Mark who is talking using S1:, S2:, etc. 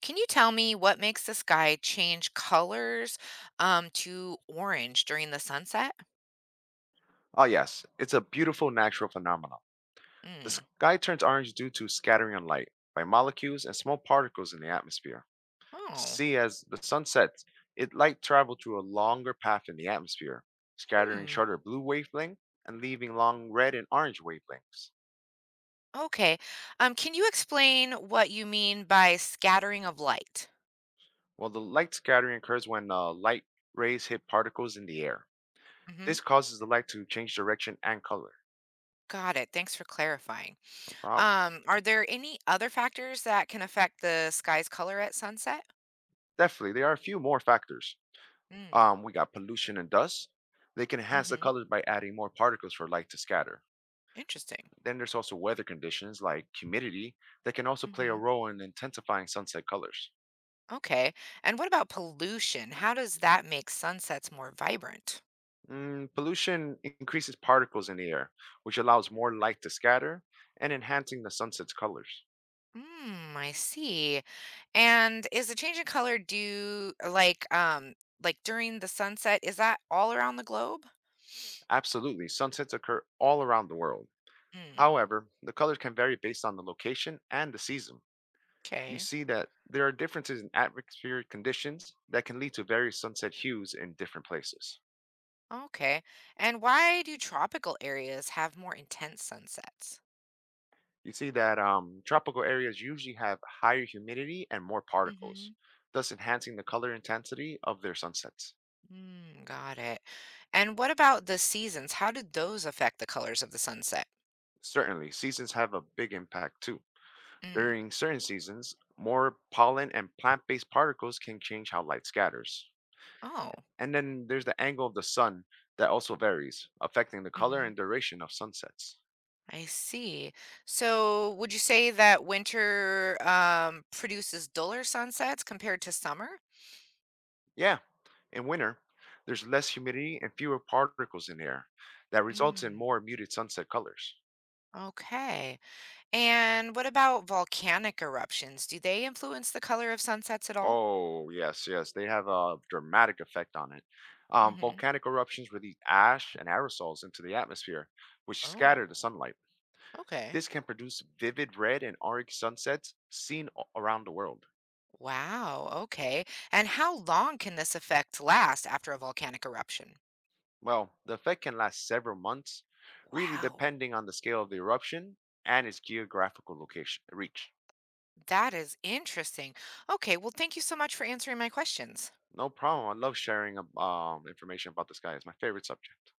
S1: Can you tell me what makes the sky change colors to orange during the sunset?
S2: Ah, yes, it's a beautiful natural phenomenon. The
S1: Mm.
S2: sky turns orange due to scattering of light by molecules and small particles in the atmosphere.
S1: Oh,
S2: See, as the sun sets, it light travels through a longer path in the atmosphere, scattering
S1: hmm.
S2: shorter blue wavelengths and leaving long red and orange wavelengths.
S1: Okay. Can you explain what you mean by scattering of light?
S2: Well, the light scattering occurs when light rays hit particles in the air.
S1: Hmm.
S2: This causes the light to change direction and color.
S1: Got it. Thanks for clarifying.
S2: No problem.
S1: Are there any other factors that can affect the sky's color at sunset?
S2: Definitely, there are a few more factors.
S1: Mm.
S2: We got pollution and dust. They can enhance the
S1: Hmm.
S2: colors by adding more particles for light to scatter.
S1: Interesting.
S2: Then there's also weather conditions like humidity that can also play a
S1: Hmm.
S2: role in intensifying sunset colors.
S1: Okay. And what about pollution? How does that make sunsets more vibrant?
S2: Mm, pollution increases particles in the air, which allows more light to scatter and enhancing the sunset's colors.
S1: Mm, I see. And is the change in color due during the sunset? Is that all around the globe?
S2: Absolutely, sunsets occur all around the world.
S1: Mm,
S2: However, the colors can vary based on the location and the season. You
S1: okay.
S2: see that there are differences in atmospheric conditions that can lead to various sunset hues in different places.
S1: Okay. And why do tropical areas have more intense sunsets?
S2: You see that tropical areas usually have higher humidity and more
S1: Mm-hmm.
S2: particles, thus enhancing the color intensity of their sunsets.
S1: Mm, got it. And what about the seasons? How do those affect the colors of the sunset?
S2: Certainly, seasons have a big impact too.
S1: Mm.
S2: During certain seasons, more pollen and plant based particles can change how light scatters.
S1: Oh.
S2: And then there's the angle of the sun that also varies, affecting the color
S1: Mm-hmm.
S2: and duration of sunsets.
S1: I see. So would you say that winter produces duller sunsets compared to summer?
S2: Yeah, in winter, there's less humidity and fewer particles in the air. That results in
S1: Mm,
S2: more muted sunset colors.
S1: okay. And what about volcanic eruptions? Do they influence the color of sunsets at all?
S2: Oh, yes, yes. They have a dramatic effect on it. Um,
S1: Hmm.
S2: volcanic eruptions release ash and aerosols into the atmosphere, which
S1: Oh,
S2: scatter the sunlight.
S1: okay.
S2: This can produce vivid red and orange sunsets seen around the world.
S1: Wow, okay. And how long can this effect last after a volcanic eruption?
S2: Well, the effect can last several months, really
S1: Wow,
S2: depending on the scale of the eruption and its geographical location reach.
S1: that is interesting. Okay, well, thank you so much for answering my questions.
S2: No problem. I love sharing information about the sky. It's my favorite subject.